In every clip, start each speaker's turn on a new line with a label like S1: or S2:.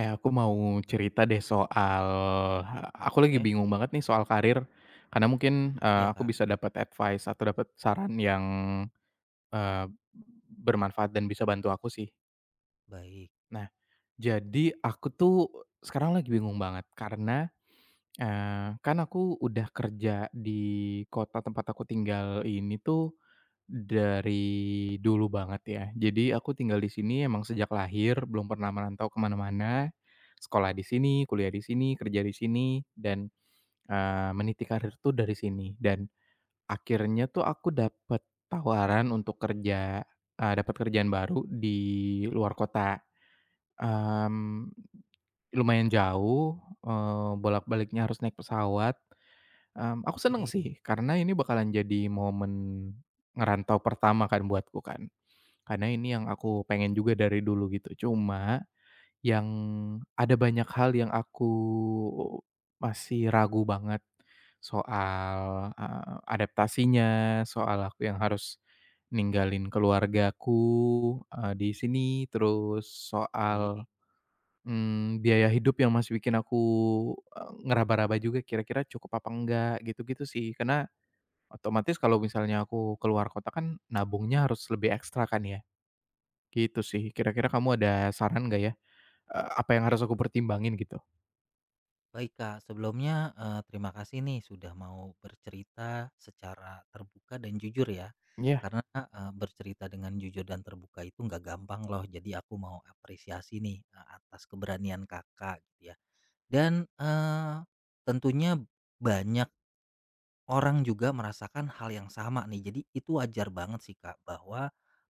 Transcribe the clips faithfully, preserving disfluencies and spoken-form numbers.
S1: Eh, aku mau cerita deh soal aku lagi
S2: Eh,
S1: bingung banget nih soal karir, karena mungkin, eee,
S2: iya
S1: aku
S2: Kak,
S1: bisa dapat advice atau dapat saran yang, eee, bermanfaat dan bisa bantu aku sih.
S2: baik,
S1: Nah, jadi aku tuh sekarang lagi bingung banget karena, eee, kan aku udah kerja di kota tempat aku tinggal ini tuh dari dulu banget ya. Jadi aku tinggal di sini emang sejak lahir,
S2: ya
S1: belum pernah merantau kemana mana. Sekolah di sini, kuliah di sini, kerja di sini, dan, eee, meniti karir tuh dari sini. Dan akhirnya tuh aku dapat tawaran untuk kerja, eee, dapet kerjaan baru di luar kota, mmm, lumayan jauh, eee, bolak-baliknya harus naik pesawat, mmm, aku seneng
S2: oke,
S1: sih karena ini bakalan jadi momen ngerantau pertama kan buatku kan. Karena ini yang aku pengen juga dari dulu gitu. Cuma, yang ada banyak hal yang aku masih ragu banget soal, eee, adaptasinya, soal aku yang harus ninggalin keluargaku, eee, di sini, terus soal,
S2: baik.
S1: mmm, biaya hidup yang masih bikin aku, eee, ngeraba-raba juga kira-kira cukup apa enggak, gitu-gitu sih. Karena otomatis kalau misalnya aku keluar kota kan nabungnya harus lebih ekstra kan ya. Gitu sih, kira-kira kamu ada saran nggak ya, eee, apa yang harus aku pertimbangin gitu?
S2: Baik Kak, sebelumnya, eee, terima kasih nih sudah mau bercerita secara terbuka dan jujur ya,
S1: Iya.
S2: karena, eee, bercerita dengan jujur dan terbuka itu nggak gampang loh, jadi aku mau apresiasi nih, eee, atas keberanian Kakak gitu ya. Dan, eee, tentunya banyak orang juga merasakan hal yang sama nih, jadi itu wajar banget sih Kak, bahwa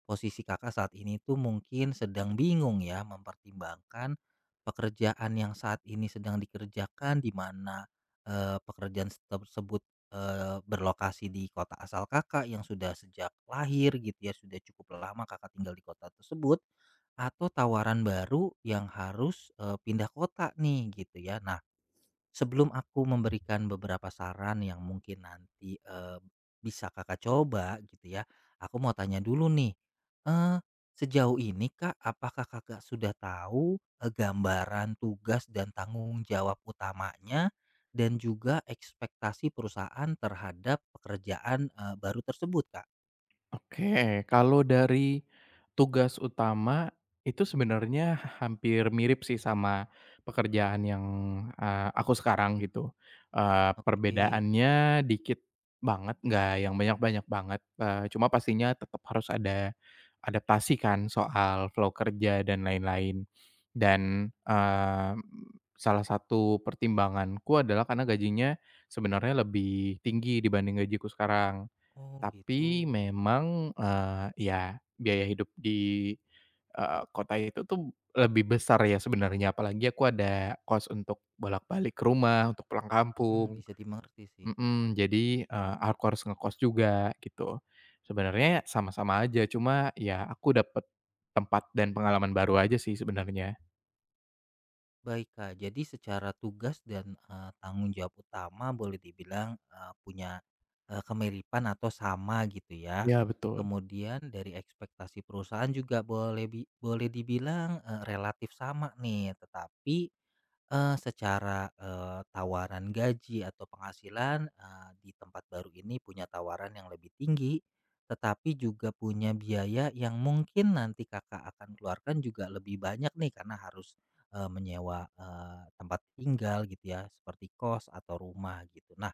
S2: posisi Kakak saat ini tuh mungkin sedang bingung ya mempertimbangkan pekerjaan yang saat ini sedang dikerjakan di mana, eee, pekerjaan tersebut, eee, berlokasi di kota asal Kakak yang sudah sejak lahir gitu ya, sudah cukup lama Kakak tinggal di kota tersebut, atau tawaran baru yang harus, eee, pindah kota nih gitu ya. Nah, sebelum aku memberikan beberapa saran yang mungkin nanti, eee, bisa Kakak coba gitu ya, aku mau tanya dulu nih, eee, sejauh ini Kak, apakah Kakak sudah tahu, eee, gambaran tugas dan tanggung jawab utamanya dan juga ekspektasi perusahaan terhadap pekerjaan, eee, baru tersebut Kak?
S1: Oke, kalau dari tugas utama itu sebenarnya hampir mirip sih sama pekerjaan yang, eee, aku sekarang gitu, eee,
S2: Oke.
S1: perbedaannya dikit banget, nggak yang banyak-banyak banget, eee, cuma pastinya tetap harus ada adaptasi kan soal flow kerja dan lain-lain. Dan, eee, salah satu pertimbanganku adalah karena gajinya sebenarnya lebih tinggi dibanding gajiku sekarang.
S2: Oh gitu.
S1: Tapi memang, eee, ya biaya hidup di, eee, kota itu tuh lebih besar ya sebenarnya, apalagi aku ada kos untuk bolak-balik ke rumah, untuk pulang
S2: Mmm,
S1: kampung.
S2: bisa dimengerti sih.
S1: Mhm, jadi, eee, aku harus ngekos juga gitu. Sebenarnya sama-sama aja, cuma ya aku dapet tempat dan pengalaman baru aja sih sebenarnya.
S2: Baik Kak, jadi secara tugas dan eh, tanggung jawab utama boleh dibilang eh, punya eh, kemiripan atau sama gitu ya.
S1: Ya betul.
S2: Kemudian dari ekspektasi perusahaan juga boleh bi- boleh dibilang eh, relatif sama nih, tetapi eh, secara eh, tawaran gaji atau penghasilan eh, di tempat baru ini punya tawaran yang lebih tinggi, tetapi juga punya biaya yang mungkin nanti kakak akan keluarkan juga lebih banyak nih karena harus Eee, menyewa, eee, tempat tinggal gitu ya, seperti kos atau rumah gitu. Nah,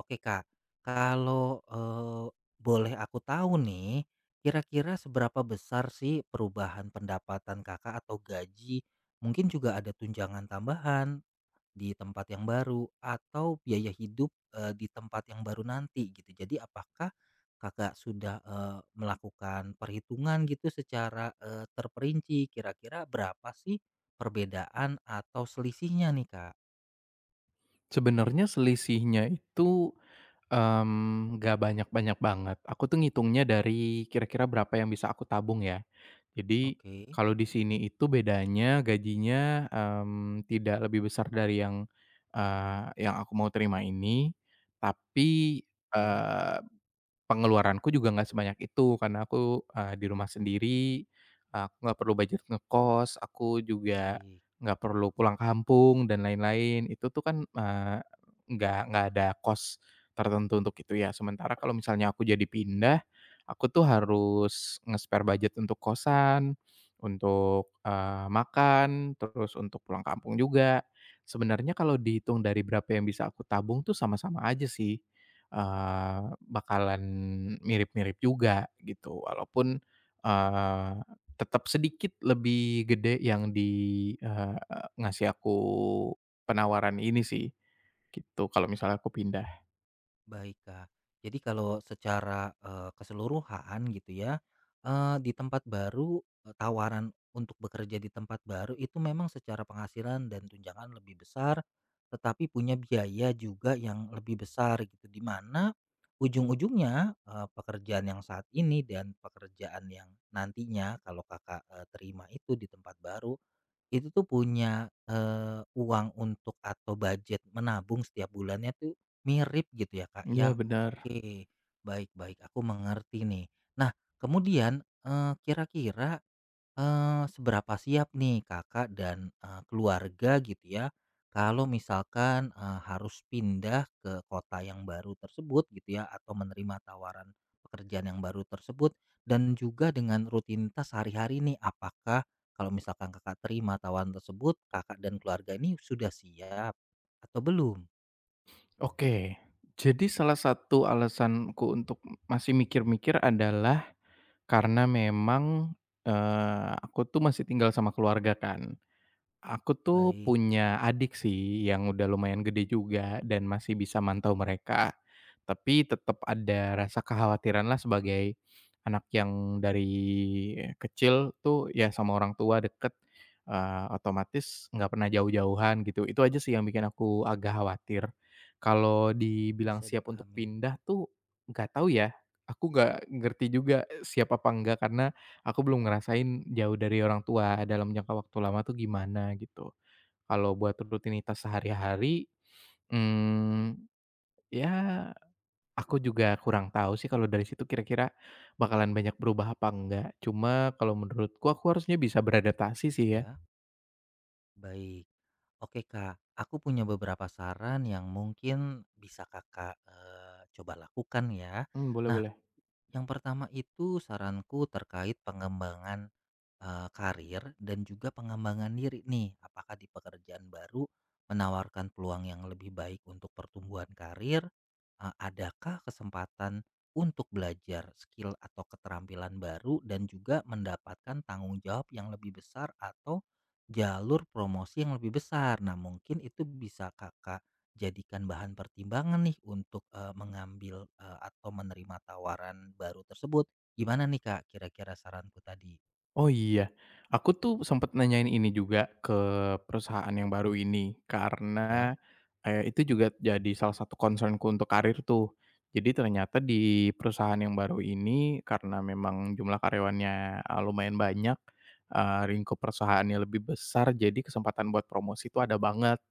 S2: oke Kak, kalau, eee, boleh aku tahu nih, kira-kira seberapa besar sih perubahan pendapatan Kakak atau gaji? Mungkin juga ada tunjangan tambahan di tempat yang baru atau biaya hidup, eee, di tempat yang baru nanti gitu. Jadi apakah Kakak sudah, eee, melakukan perhitungan gitu secara, eee, terperinci kira-kira berapa sih perbedaan atau selisihnya nih, Kak?
S1: Sebenarnya selisihnya itu, mmm, nggak banyak-banyak banget. Aku tuh ngitungnya dari kira-kira berapa yang bisa aku tabung ya. Jadi,
S2: Oke
S1: kalau di sini itu bedanya gajinya, mmm, tidak lebih besar dari yang, eee, yang aku mau terima ini, tapi,
S2: oke,
S1: pengeluaranku juga nggak sebanyak itu, karena aku, eee, di rumah sendiri, aku nggak perlu budget ngekos, aku juga
S2: baik.
S1: nggak perlu pulang kampung dan lain-lain. Itu tuh kan, eee, nggak nggak ada kos tertentu untuk itu ya. Sementara kalau misalnya aku jadi pindah, aku tuh harus nge-spare budget untuk kosan, untuk, eee, makan, terus untuk pulang kampung juga. Sebenarnya kalau dihitung dari berapa yang bisa aku tabung tuh sama-sama aja sih. Eee, bakalan mirip-mirip juga gitu walaupun, eee, tetap sedikit lebih gede yang di, eee, ngasih aku penawaran ini sih, gitu kalau misalnya aku pindah.
S2: Baik, Kak. Jadi kalau secara, eee, keseluruhan gitu ya, eee, di tempat baru, eee, tawaran untuk bekerja di tempat baru itu memang secara penghasilan dan tunjangan lebih besar, tetapi punya biaya juga yang lebih besar gitu, di mana ujung-ujungnya, eee, pekerjaan yang saat ini dan pekerjaan yang nantinya kalau Kakak, eee, terima itu di tempat baru, itu tuh punya, eee, uang untuk atau budget menabung setiap bulannya tuh mirip gitu ya, Kak,
S1: Iya
S2: ya?
S1: benar.
S2: Oke, baik baik, aku mengerti nih. Nah, kemudian, eee, kira-kira Eee, seberapa siap nih Kakak dan, eee, keluarga gitu ya, kalau misalkan, eee, harus pindah ke kota yang baru tersebut gitu ya, atau menerima tawaran pekerjaan yang baru tersebut, dan juga dengan rutinitas sehari-hari nih, apakah kalau misalkan Kakak terima tawaran tersebut, Kakak dan keluarga ini sudah siap atau belum?
S1: Oke, jadi salah satu alasanku untuk masih mikir-mikir adalah karena memang, eee, aku tuh masih tinggal sama keluarga kan. Aku tuh
S2: Baik,
S1: punya adik sih yang udah lumayan gede juga dan masih bisa mantau mereka. Tapi tetap ada rasa kekhawatiran lah sebagai anak yang dari kecil tuh ya sama orang tua deket, eee, otomatis nggak pernah jauh-jauhan gitu. Itu aja sih yang bikin aku agak khawatir. Kalau dibilang
S2: bisa
S1: siap untuk
S2: dipahami.
S1: pindah tuh nggak tahu ya, aku nggak ngerti juga siap apa enggak karena aku belum ngerasain jauh dari orang tua dalam jangka waktu lama tuh gimana gitu. Kalau buat rutinitas sehari-hari, mmm, ya aku juga kurang tahu sih kalau dari situ kira-kira bakalan banyak berubah apa enggak. Cuma kalau menurutku aku harusnya bisa beradaptasi sih ya.
S2: Ya? Baik. Oke, Kak. Aku punya beberapa saran yang mungkin bisa Kakak, eee, coba lakukan ya.
S1: Mmm, boleh
S2: Nah,
S1: boleh.
S2: yang pertama itu saranku terkait pengembangan, eee, karir dan juga pengembangan diri nih. Apakah di pekerjaan baru menawarkan peluang yang lebih baik untuk pertumbuhan karir? Eee, adakah kesempatan untuk belajar skill atau keterampilan baru dan juga mendapatkan tanggung jawab yang lebih besar atau jalur promosi yang lebih besar? Nah, mungkin itu bisa Kakak jadikan bahan pertimbangan nih untuk, eee, mengambil, eee, atau menerima tawaran baru tersebut. Gimana nih, Kak, kira-kira saranku tadi?
S1: Oh iya, aku tuh sempat nanyain ini juga ke perusahaan yang baru ini
S2: Ya?
S1: karena, eee, itu juga jadi salah satu concernku untuk karir tuh. Jadi ternyata di perusahaan yang baru ini karena memang jumlah karyawannya, eee, lumayan banyak, eee, lingkup perusahaannya lebih besar jadi kesempatan buat promosi itu ada banget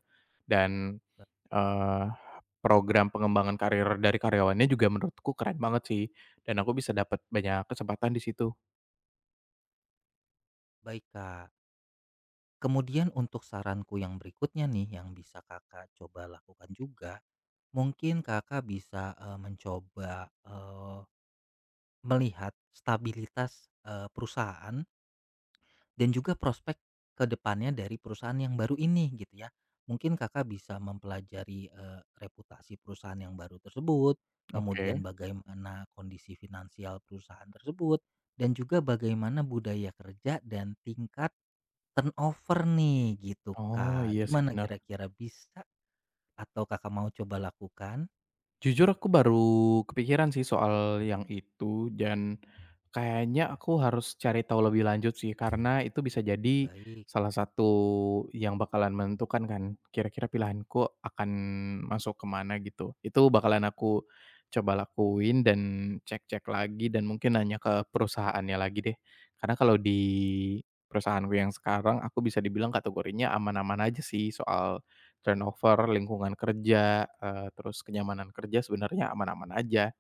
S1: dan,
S2: Ba
S1: eee, program pengembangan karir dari karyawannya juga menurutku keren banget sih dan aku bisa dapat banyak kesempatan di situ.
S2: Baik, Kak. Kemudian untuk saranku yang berikutnya nih yang bisa Kakak coba lakukan juga, mungkin Kakak bisa, eee, mencoba, eee, melihat stabilitas, eee, perusahaan dan juga prospek ke depannya dari perusahaan yang baru ini gitu ya. Mungkin Kakak bisa mempelajari, eee, reputasi perusahaan yang baru tersebut,
S1: Oke.
S2: kemudian bagaimana kondisi finansial perusahaan tersebut, dan juga bagaimana budaya kerja dan tingkat turnover nih gitu,
S1: Oh, iya
S2: Kak.
S1: sih
S2: Gimana
S1: benar.
S2: kira-kira bisa atau Kakak mau coba lakukan?
S1: Jujur aku baru kepikiran sih soal yang itu dan kayaknya aku harus cari tahu lebih lanjut sih karena itu bisa jadi
S2: Baik,
S1: salah satu yang bakalan menentukan kan kira-kira pilihanku akan masuk kemana gitu. Itu bakalan aku coba lakuin dan cek-cek lagi dan mungkin nanya ke perusahaannya lagi deh. Karena kalau di perusahaanku yang sekarang aku bisa dibilang kategorinya aman-aman aja sih soal turnover, lingkungan kerja, eee, terus kenyamanan kerja sebenarnya aman-aman aja.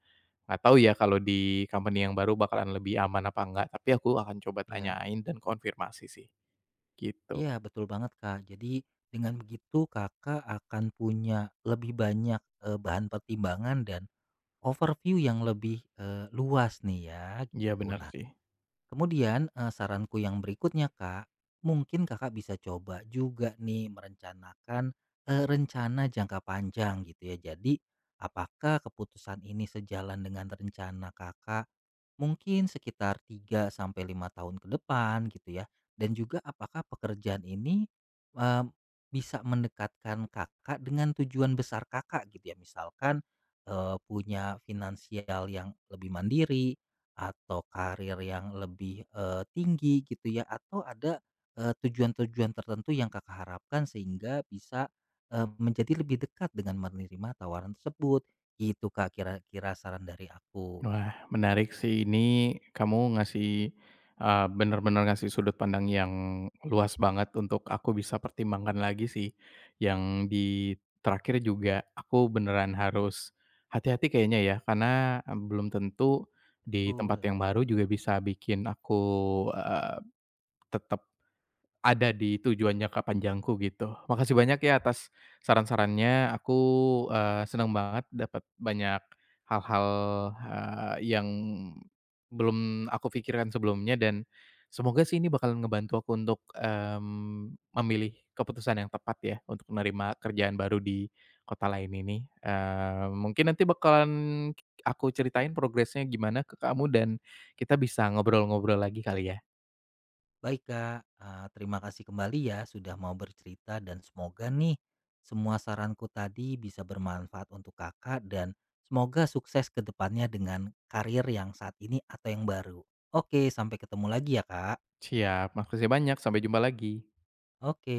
S1: Nggak tahu ya kalau di company yang baru bakalan lebih aman apa enggak, tapi aku akan coba
S2: ya.
S1: tanyain dan konfirmasi sih, gitu.
S2: Iya, betul banget, Kak. Jadi dengan begitu Kakak akan punya lebih banyak, eee, bahan pertimbangan dan overview yang lebih, eee, luas nih ya
S1: Iya
S2: gitu.
S1: benar
S2: Nah,
S1: sih.
S2: Kemudian, eee, saranku yang berikutnya, Kak, mungkin Kakak bisa coba juga nih merencanakan, eee, rencana jangka panjang gitu ya. Jadi, apakah keputusan ini sejalan dengan rencana Kakak mungkin sekitar tiga sampai lima tahun ke depan gitu ya, dan juga apakah pekerjaan ini, eee, bisa mendekatkan Kakak dengan tujuan besar Kakak gitu ya. Misalkan, eee, punya finansial yang lebih mandiri, atau karir yang lebih, eee, tinggi gitu ya atau ada, eee, tujuan-tujuan tertentu yang Kakak harapkan sehingga bisa, eee, menjadi lebih dekat dengan menerima tawaran tersebut, gitu Kak kira-kira saran dari aku.
S1: Wah, menarik sih ini kamu ngasih, eee, bener-bener ngasih sudut pandang yang luas banget untuk aku bisa pertimbangkan lagi sih. Yang di terakhir juga aku beneran harus hati-hati kayaknya ya, karena, belum tentu di
S2: Betul.
S1: tempat yang baru juga bisa bikin aku, tetap ada di tujuan jangka panjangku gitu. Makasih banyak ya atas saran-sarannya, aku, eee, senang banget dapat banyak hal-hal, eee, yang belum aku pikirkan sebelumnya dan semoga sih ini bakalan ngebantu aku untuk, mmm, memilih keputusan yang tepat ya untuk menerima kerjaan baru di kota lain ini. Eee, mungkin nanti bakalan aku ceritain progresnya gimana ke kamu dan kita bisa ngobrol-ngobrol lagi kali ya?
S2: Baik Kak, eee, terima kasih kembali ya sudah mau bercerita dan semoga nih, semua saranku tadi bisa bermanfaat untuk Kakak dan semoga sukses ke depannya dengan karir yang saat ini atau yang baru. Oke, sampai ketemu lagi ya Kak.
S1: Siap, makasih banyak, sampai jumpa lagi.
S2: Oke.